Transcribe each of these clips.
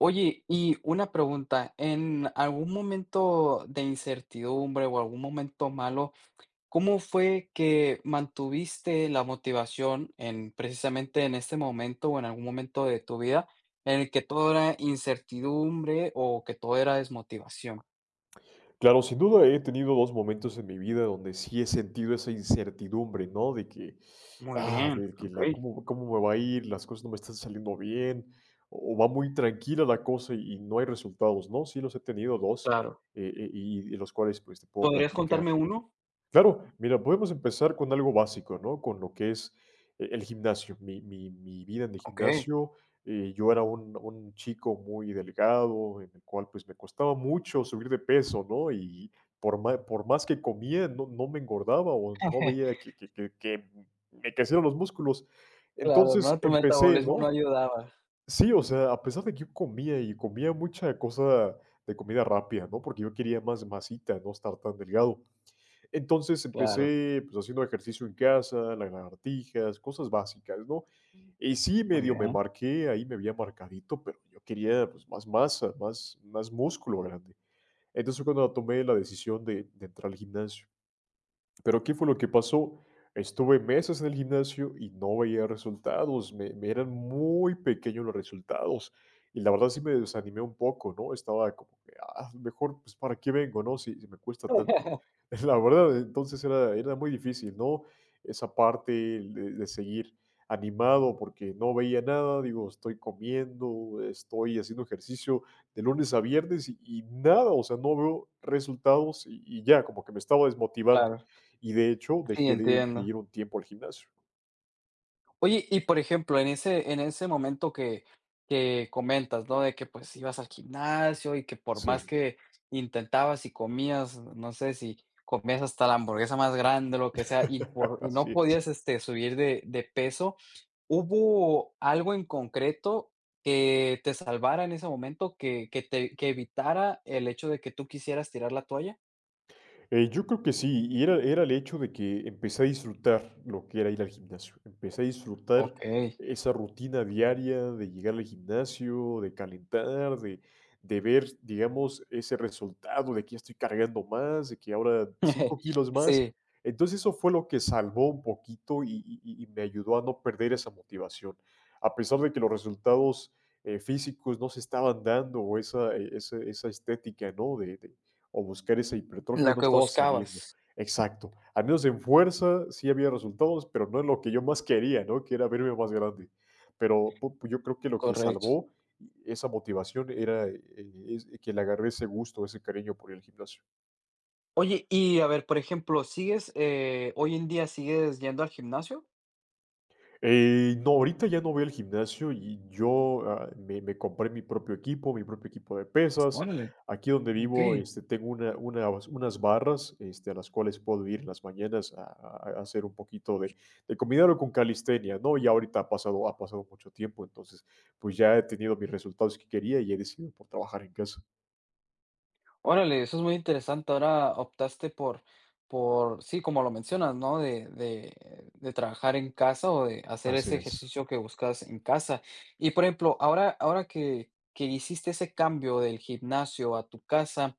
Oye, y una pregunta, en algún momento de incertidumbre o algún momento malo, ¿cómo fue que mantuviste la motivación en precisamente en este momento o en algún momento de tu vida en el que todo era incertidumbre o que todo era desmotivación? Claro, sin duda he tenido 2 momentos en mi vida donde sí he sentido esa incertidumbre, ¿no? De que, Muy ah, bien, de que la okey, cómo cómo me va a ir, las cosas no me están saliendo bien, o va muy tranquila la cosa y no hay resultados, ¿no? Sí los he tenido dos claro. Y los cuales, pues, te puedo ¿Podrías platicar. contarme uno? Claro, mira, podemos empezar con algo básico, ¿no? Con lo que es el gimnasio. Mi vida en el Okey. gimnasio. Yo era un chico muy delgado, en el cual pues me costaba mucho subir de peso, ¿no? Y por más que comía, no me engordaba o no veía que me crecieran los músculos. Claro, ¿no? Entonces Tu empecé, metabolismo no ¿no? ayudaba. Sí, o sea, a pesar de que yo comía y comía mucha cosa de comida rápida, ¿no? Porque yo quería más masita, no estar tan delgado, entonces Claro, empecé, pues, haciendo ejercicio en casa, lagartijas, cosas básicas, ¿no? Y sí, muy medio me bien. marqué, ahí me veía marcadito, pero yo quería, pues, más masa, más músculo grande. Entonces, fue cuando tomé la decisión de entrar al gimnasio. Pero, ¿qué fue lo que pasó? Estuve meses en el gimnasio y no veía resultados, me eran muy pequeños los resultados. Y la verdad sí me desanimé un poco, ¿no? Estaba como que, mejor, pues, ¿para qué vengo, no? Si me cuesta tanto. La verdad, entonces era muy difícil, ¿no? Esa parte de seguir animado porque no veía nada, digo, estoy comiendo, estoy haciendo ejercicio de lunes a viernes y nada, o sea, no veo resultados y ya, como que me estaba desmotivando. Claro, Y de hecho, sí, dejé de ir de entiendo. ir un tiempo al gimnasio. Oye, y por ejemplo, en ese momento que comentas, ¿no? De que, pues, ibas al gimnasio y que por más Sí, que intentabas y comías, no sé, si comías hasta la hamburguesa más grande, lo que sea, y no así es. podías, este, subir de peso, ¿hubo algo en concreto que te salvara en ese momento, que te que evitara el hecho de que tú quisieras tirar la toalla? Yo creo que sí, y era el hecho de que empecé a disfrutar lo que era ir al gimnasio. Empecé a disfrutar Okey. esa rutina diaria de llegar al gimnasio, de calentar, de ver, digamos, ese resultado de que ya estoy cargando más, de que ahora 5 kilos más. Sí, Entonces eso fue lo que salvó un poquito y me ayudó a no perder esa motivación. A pesar de que los resultados físicos no se estaban dando o esa estética, ¿no? O buscar esa hipertrofia la no que estaba buscabas, saliendo. Exacto. Al menos en fuerza sí había resultados, pero no en lo que yo más quería, ¿no? Que era verme más grande. Pero yo creo que lo que correcto. salvó esa motivación era que le agarré ese gusto, ese cariño por el gimnasio. Oye, y a ver, por ejemplo, ¿sigues, hoy en día sigues yendo al gimnasio? No, ahorita ya no voy al gimnasio y yo, me compré mi propio equipo de pesas. Órale, Aquí donde vivo, okey. este, tengo unas barras, este, a las cuales puedo ir en las mañanas a hacer un poquito de combinarlo con calistenia, ¿no? Y ahorita ha pasado mucho tiempo, entonces, pues, ya he tenido mis resultados que quería y he decidido por trabajar en casa. Órale, eso es muy interesante. Ahora optaste por sí, como lo mencionas, ¿no? De trabajar en casa o de hacer Así ese es, ejercicio que buscas en casa. Y, por ejemplo, ahora que hiciste ese cambio del gimnasio a tu casa.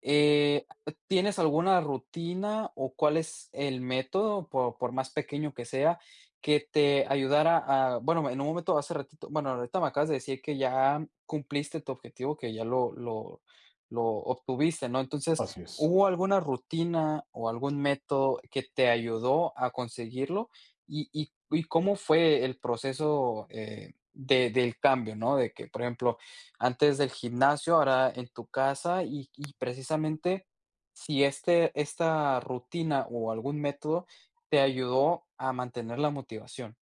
Eh, ¿Tienes alguna rutina o cuál es el método, por más pequeño que sea, que te ayudara a bueno, en un momento hace ratito, bueno, ahorita me acabas de decir que ya cumpliste tu objetivo, que ya lo obtuviste, ¿no? Entonces, así es. ¿hubo alguna rutina o algún método que te ayudó a conseguirlo? ¿Y cómo fue el proceso, de del cambio, no? De que, por ejemplo, antes del gimnasio, ahora en tu casa y precisamente si esta rutina o algún método te ayudó a mantener la motivación.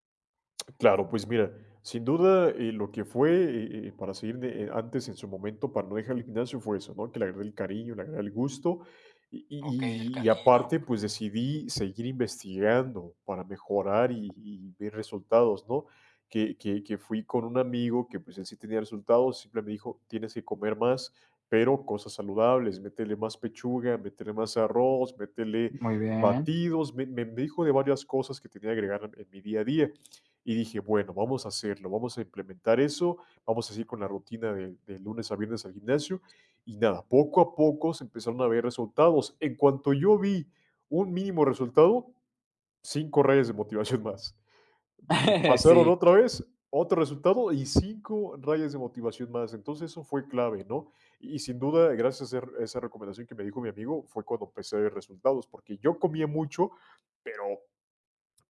Claro, pues mira, sin duda, lo que fue para seguir antes en su momento para no dejar el gimnasio fue eso, ¿no? Que le agarré el cariño, le agarré el gusto y, Okey, el y- y cariño. aparte pues decidí seguir investigando para mejorar y ver resultados, ¿no? Que fui con un amigo que pues él sí tenía resultados, simplemente me dijo, tienes que comer más, pero cosas saludables, métele más pechuga, métele más arroz, métele Muy bien. batidos, me dijo de varias cosas que tenía que agregar en mi día a día. Y dije, bueno, vamos a hacerlo, vamos a implementar eso, vamos a ir con la rutina de lunes a viernes al gimnasio. Y nada, poco a poco se empezaron a ver resultados. En cuanto yo vi un mínimo resultado, cinco rayas de motivación más. Pasaron Sí, otra vez, otro resultado y cinco rayas de motivación más. Entonces eso fue clave, ¿no? Y sin duda, gracias a esa recomendación que me dijo mi amigo, fue cuando empecé a ver resultados, porque yo comía mucho, pero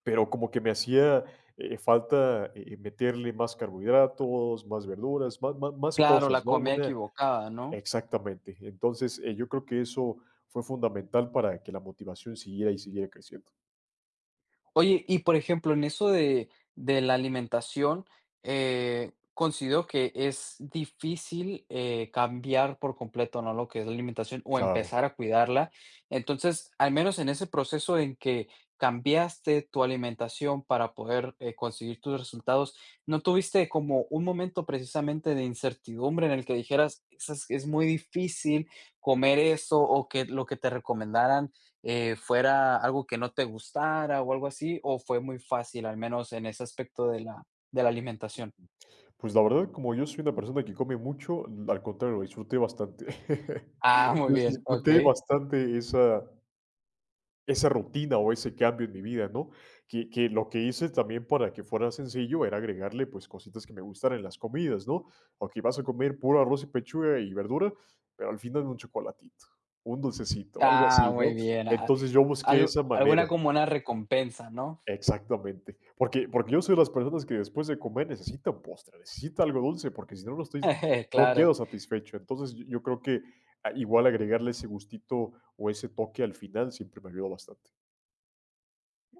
pero como que me hacía, falta, meterle más carbohidratos, más verduras, más claro, la cosas, ¿no? comida Una equivocada, ¿no? exactamente. Entonces, yo creo que eso fue fundamental para que la motivación siguiera y siguiera creciendo. Oye, y por ejemplo, en eso de la alimentación, considero que es difícil, cambiar por completo, ¿no?, lo que es la alimentación o Claro. empezar a cuidarla. Entonces, al menos en ese proceso en que cambiaste tu alimentación para poder, conseguir tus resultados, ¿no tuviste como un momento precisamente de incertidumbre en el que dijeras: es muy difícil comer eso", o que lo que te recomendaran fuera algo que no te gustara o algo así, o fue muy fácil, al menos en ese aspecto de la alimentación. Pues, la verdad, como yo soy una persona que come mucho, al contrario, lo disfruté bastante. Ah, muy bien, disfruté okey. bastante esa rutina o ese cambio en mi vida, ¿no? Que lo que hice también para que fuera sencillo era agregarle pues cositas que me gustan en las comidas, ¿no? Ok, vas a comer puro arroz y pechuga y verdura, pero al final un chocolatito, un dulcecito, algo Ah, así, ¿no? muy bien. Ah, Entonces yo busqué algo esa manera, alguna como una recompensa, ¿no? exactamente, porque yo soy de las personas que después de comer necesita un postre, necesita algo dulce, porque si no, no estoy, no Claro. quedo satisfecho. Entonces yo creo que igual agregarle ese gustito o ese toque al final siempre me ayudó bastante.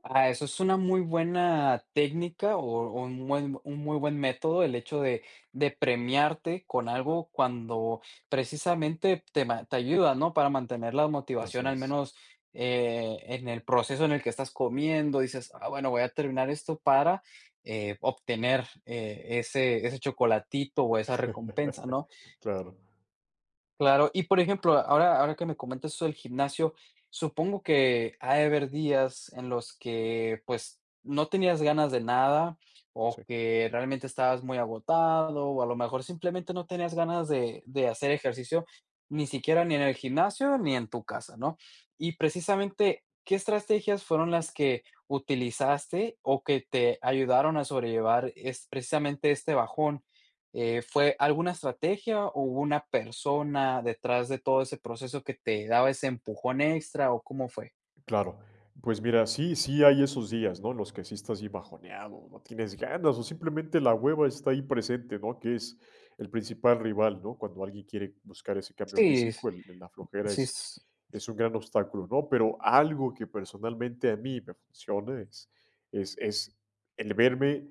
Ah, eso es una muy buena técnica o un buen, un muy buen método, el hecho de premiarte con algo cuando precisamente te, ma- te ayuda, ¿no? Para mantener la motivación, Así al es. menos en el proceso en el que estás comiendo, dices, ah, bueno, voy a terminar esto para obtener ese, ese chocolatito o esa recompensa, ¿no? Claro, Claro, y por ejemplo, ahora que me comentas eso del gimnasio, supongo que ha de haber días en los que, pues, no tenías ganas de nada, o sí. que realmente estabas muy agotado, o a lo mejor simplemente no tenías ganas de hacer ejercicio, ni siquiera ni en el gimnasio ni en tu casa, ¿no? Y precisamente, ¿qué estrategias fueron las que utilizaste o que te ayudaron a sobrellevar es precisamente este bajón? ¿Fue alguna estrategia o hubo una persona detrás de todo ese proceso que te daba ese empujón extra o cómo fue? Claro. Pues mira, sí, sí hay esos días, ¿no? En los que sí estás así bajoneado, no tienes ganas, o simplemente la hueva está ahí presente, ¿no? Que es el principal rival, ¿no? Cuando alguien quiere buscar ese cambio Sí, s físico, la flojera sí es, s es un gran obstáculo, ¿no? Pero algo que personalmente a mí me funciona es el verme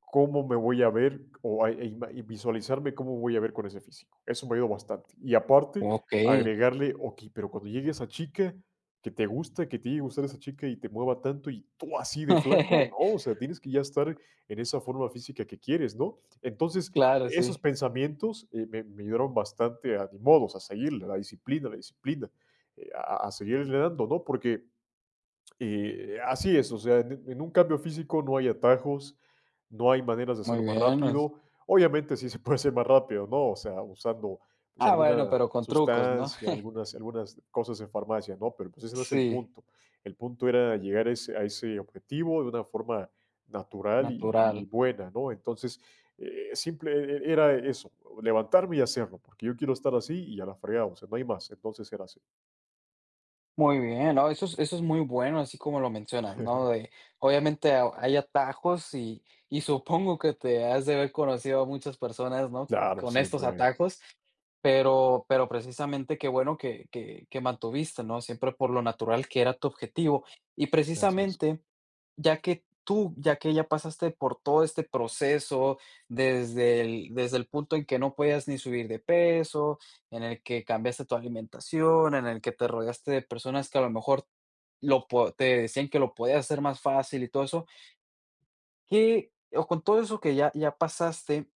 cómo me voy a ver o a- e ima- y visualizarme cómo voy a ver con ese físico. Eso me ayuda bastante. Y aparte, okey. agregarle, ok, pero cuando llegue esa chica que te gusta, que te llegue a gustar esa chica y te mueva tanto y tú así de flaco, no, o sea, tienes que ya estar en esa forma física que quieres, ¿no? Entonces, Claro, esos sí. pensamientos, me ayudaron bastante a, ni modos, a seguir la disciplina, a seguir entrenando, ¿no? Porque y así es, o sea, en un cambio físico no hay atajos, no hay maneras de Muy hacerlo más bien, os rápido. Obviamente sí se puede hacer más rápido, ¿no? O sea, usando, pues, ah, bueno, alguna pero con trucos, ¿no? sustancia, algunas cosas en farmacia, ¿no? Pero, pues, ese no es el Sí, punto. El punto era llegar a ese objetivo de una forma natural y natural. buena, ¿no? Entonces, simple e e era eso, levantarme y hacerlo, porque yo quiero estar así y a la fregada, o sea, no hay más. Entonces era así. Muy bien, no, eso es muy bueno, así como lo mencionas, ¿no? De obviamente a hay atajos y supongo que te has de haber conocido a muchas personas, ¿no? Claro, Con estos siempre hay. atajos, pero precisamente qué bueno que que mantuviste, ¿no? Siempre por lo natural que era tu objetivo. Y Así es. precisamente ya que tú ya que ya pasaste por todo este proceso, desde el punto en que no podías ni subir de peso, en el que cambiaste tu alimentación, en el que te rodeaste de personas que a lo mejor lo po te decían que lo podías hacer más fácil y todo eso, ¿qué o con todo eso que ya pasaste,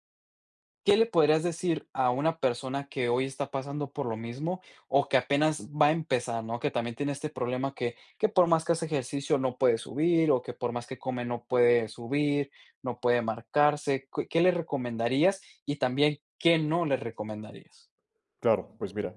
¿qué le podrías decir a una persona que hoy está pasando por lo mismo o que apenas va a empezar, ¿no? Que también tiene este problema que por más que hace ejercicio no puede subir o que por más que come no puede subir, no puede marcarse. ¿Qué, qué le recomendarías y también qué no le recomendarías? Claro, pues mira,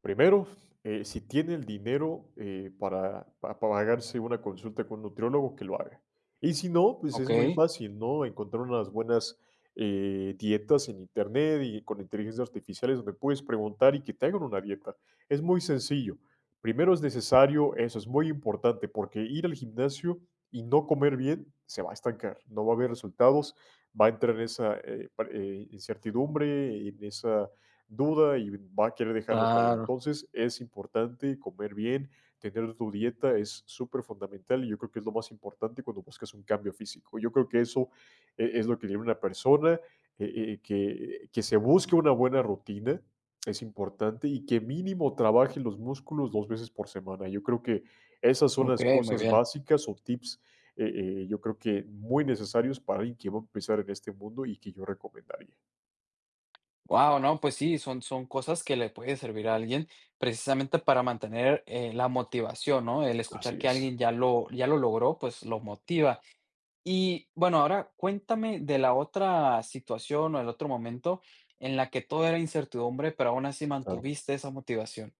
primero, si tiene el dinero, para, pagarse una consulta con un nutriólogo, que lo haga. Y si no, pues Ok, es muy fácil, ¿no? Encontrar unas buenas, dietas en internet y con inteligencias artificiales donde puedes preguntar y que te hagan una dieta. Es muy sencillo. Primero es necesario, eso es muy importante, porque ir al gimnasio y no comer bien se va a estancar, no va a haber resultados, va a entrar en esa, incertidumbre, en esa duda y va a querer dejarlo todo. claro. Entonces, es importante comer bien, tener tu dieta es súper fundamental y yo creo que es lo más importante cuando buscas un cambio físico. Yo creo que eso es lo que tiene una persona, que se busque una buena rutina, es importante y que mínimo trabaje los músculos dos veces por semana. Yo creo que esas son Ok, las muy cosas bien. básicas o tips, yo creo que muy necesarios para alguien que va a empezar en este mundo y que yo recomendaría. Wow, no, pues sí, son, son cosas que le puede servir a alguien precisamente para mantener la motivación, ¿no? El escuchar Así que es, alguien ya lo logró, pues lo motiva. Y bueno, ahora cuéntame de la otra situación o el otro momento en la que todo era incertidumbre, pero aún así claro. mantuviste esa motivación.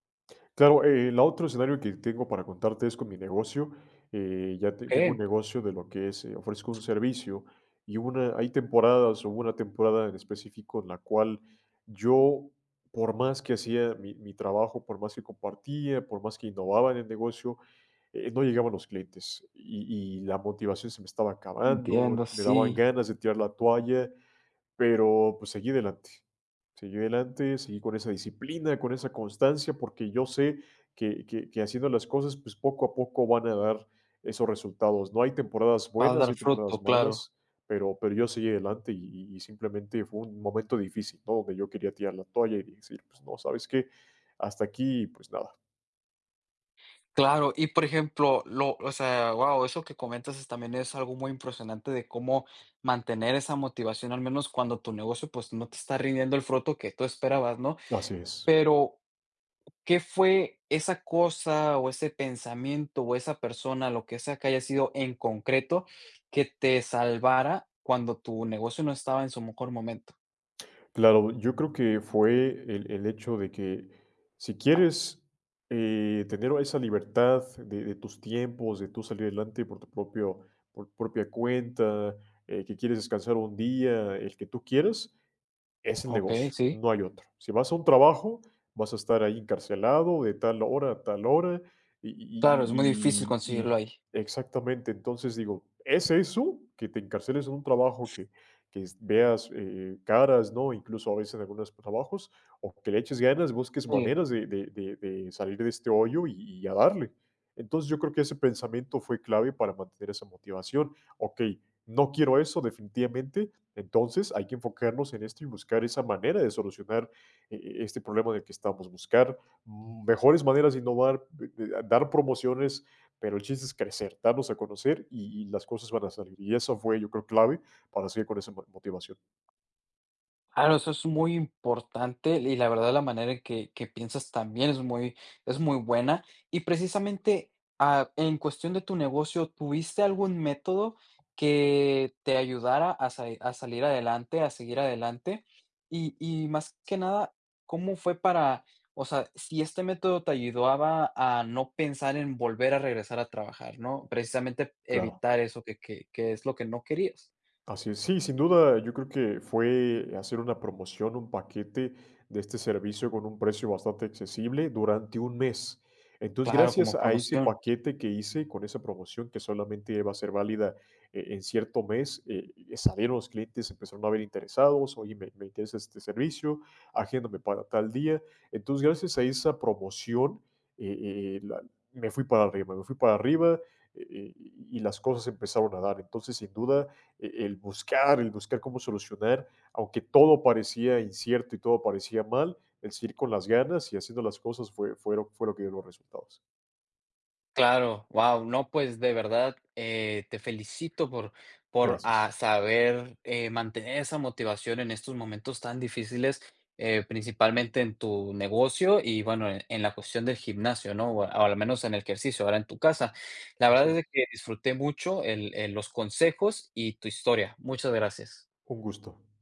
Claro, el otro escenario que tengo para contarte es con mi negocio. Tengo un Okey, negocio de lo que es, ofrezco un servicio y hay temporadas, hubo una temporada en específico en la cual yo, por más que hacía mi trabajo, por más que compartía, por más que innovaba en el negocio, no llegaban los clientes y la motivación se me estaba acabando, entiendo, me daban sí, ganas de tirar la toalla pero, pues, seguí adelante. Seguí adelante, seguí con esa disciplina, con esa constancia, porque yo sé que haciendo las cosas, pues, poco a poco van a dar esos resultados, ¿no? Hay temporadas va a dar buenas, hay fruto, temporadas claro. malas, pero yo seguí adelante y simplemente fue un momento difícil, ¿no? Donde yo quería tirar la toalla y decir, pues no, ¿sabes qué? Hasta aquí, pues nada. Claro, y por ejemplo, lo o sea, wow, eso que comentas es también es algo muy impresionante de cómo mantener esa motivación, al menos cuando tu negocio, pues, no te está rindiendo el fruto que tú esperabas, ¿no? Así es. Pero ¿qué fue esa cosa, o ese pensamiento, o esa persona, lo que sea que haya sido en concreto, que te salvara cuando tu negocio no estaba en su mejor momento? Claro, yo creo que fue el hecho de que si quieres, tener esa libertad de tus tiempos, de tú salir adelante por tu propia cuenta, que quieres descansar un día, el que tú quieras, es el Okey, negocio, sí. no hay otro. Si vas a un trabajo, vas a estar ahí encarcelado de tal hora a tal hora y Claro, es muy y difícil y y y conseguirlo ahí. exactamente. Entonces, digo, ¿es eso? Que te encarceles en un trabajo que s veas, caras, ¿no? Incluso a veces en algunos trabajos, o que le eches ganas, busques Sí. maneras de salir de este hoyo y a darle. Entonces, yo creo que ese pensamiento fue clave para mantener esa motivación. Okey, no quiero eso definitivamente, entonces, hay que enfocarnos en esto y buscar esa manera de solucionar, este problema en el que estamos, buscar, mejores maneras de innovar, de dar promociones, pero el chiste es crecer, darnos a conocer y las cosas van a salir. Y eso fue, yo creo, clave para seguir con esa motivación. Claro, eso es muy importante y la verdad la manera en que piensas también es muy buena. Y precisamente, ah, en cuestión de tu negocio, ¿tuviste algún método que te ayudara a sa a salir adelante, a seguir adelante? Y más que nada, ¿cómo fue para o sea, si este método te ayudaba a no pensar en volver a regresar a trabajar, ¿no? Precisamente Claro. evitar eso que que es lo que no querías. Así es. Sí, sin duda, yo creo que fue hacer una promoción, un paquete de este servicio con un precio bastante accesible durante un mes. Entonces, Claro, gracias como a ese promoción. paquete que hice con esa promoción que solamente va a ser válida, en cierto mes, salieron los clientes, empezaron a ver interesados, oye, me interesa este servicio, agéndame para tal día. Entonces, gracias a esa promoción, eh, eh, la- me fui para arriba, me fui para arriba, eh, eh, y las cosas empezaron a dar. Entonces, sin duda, el buscar cómo solucionar, aunque todo parecía incierto y todo parecía mal, el seguir con las ganas y haciendo las cosas fue lo que dio los resultados. Claro, wow, no, pues de verdad te felicito por Gracias. ah, saber mantener esa motivación en estos momentos tan difíciles, principalmente en tu negocio y bueno, en la cuestión del gimnasio, ¿no? O al menos en el ejercicio, ahora en tu casa. La verdad Así es de es. que disfruté mucho los consejos y tu historia. Muchas gracias. Un gusto.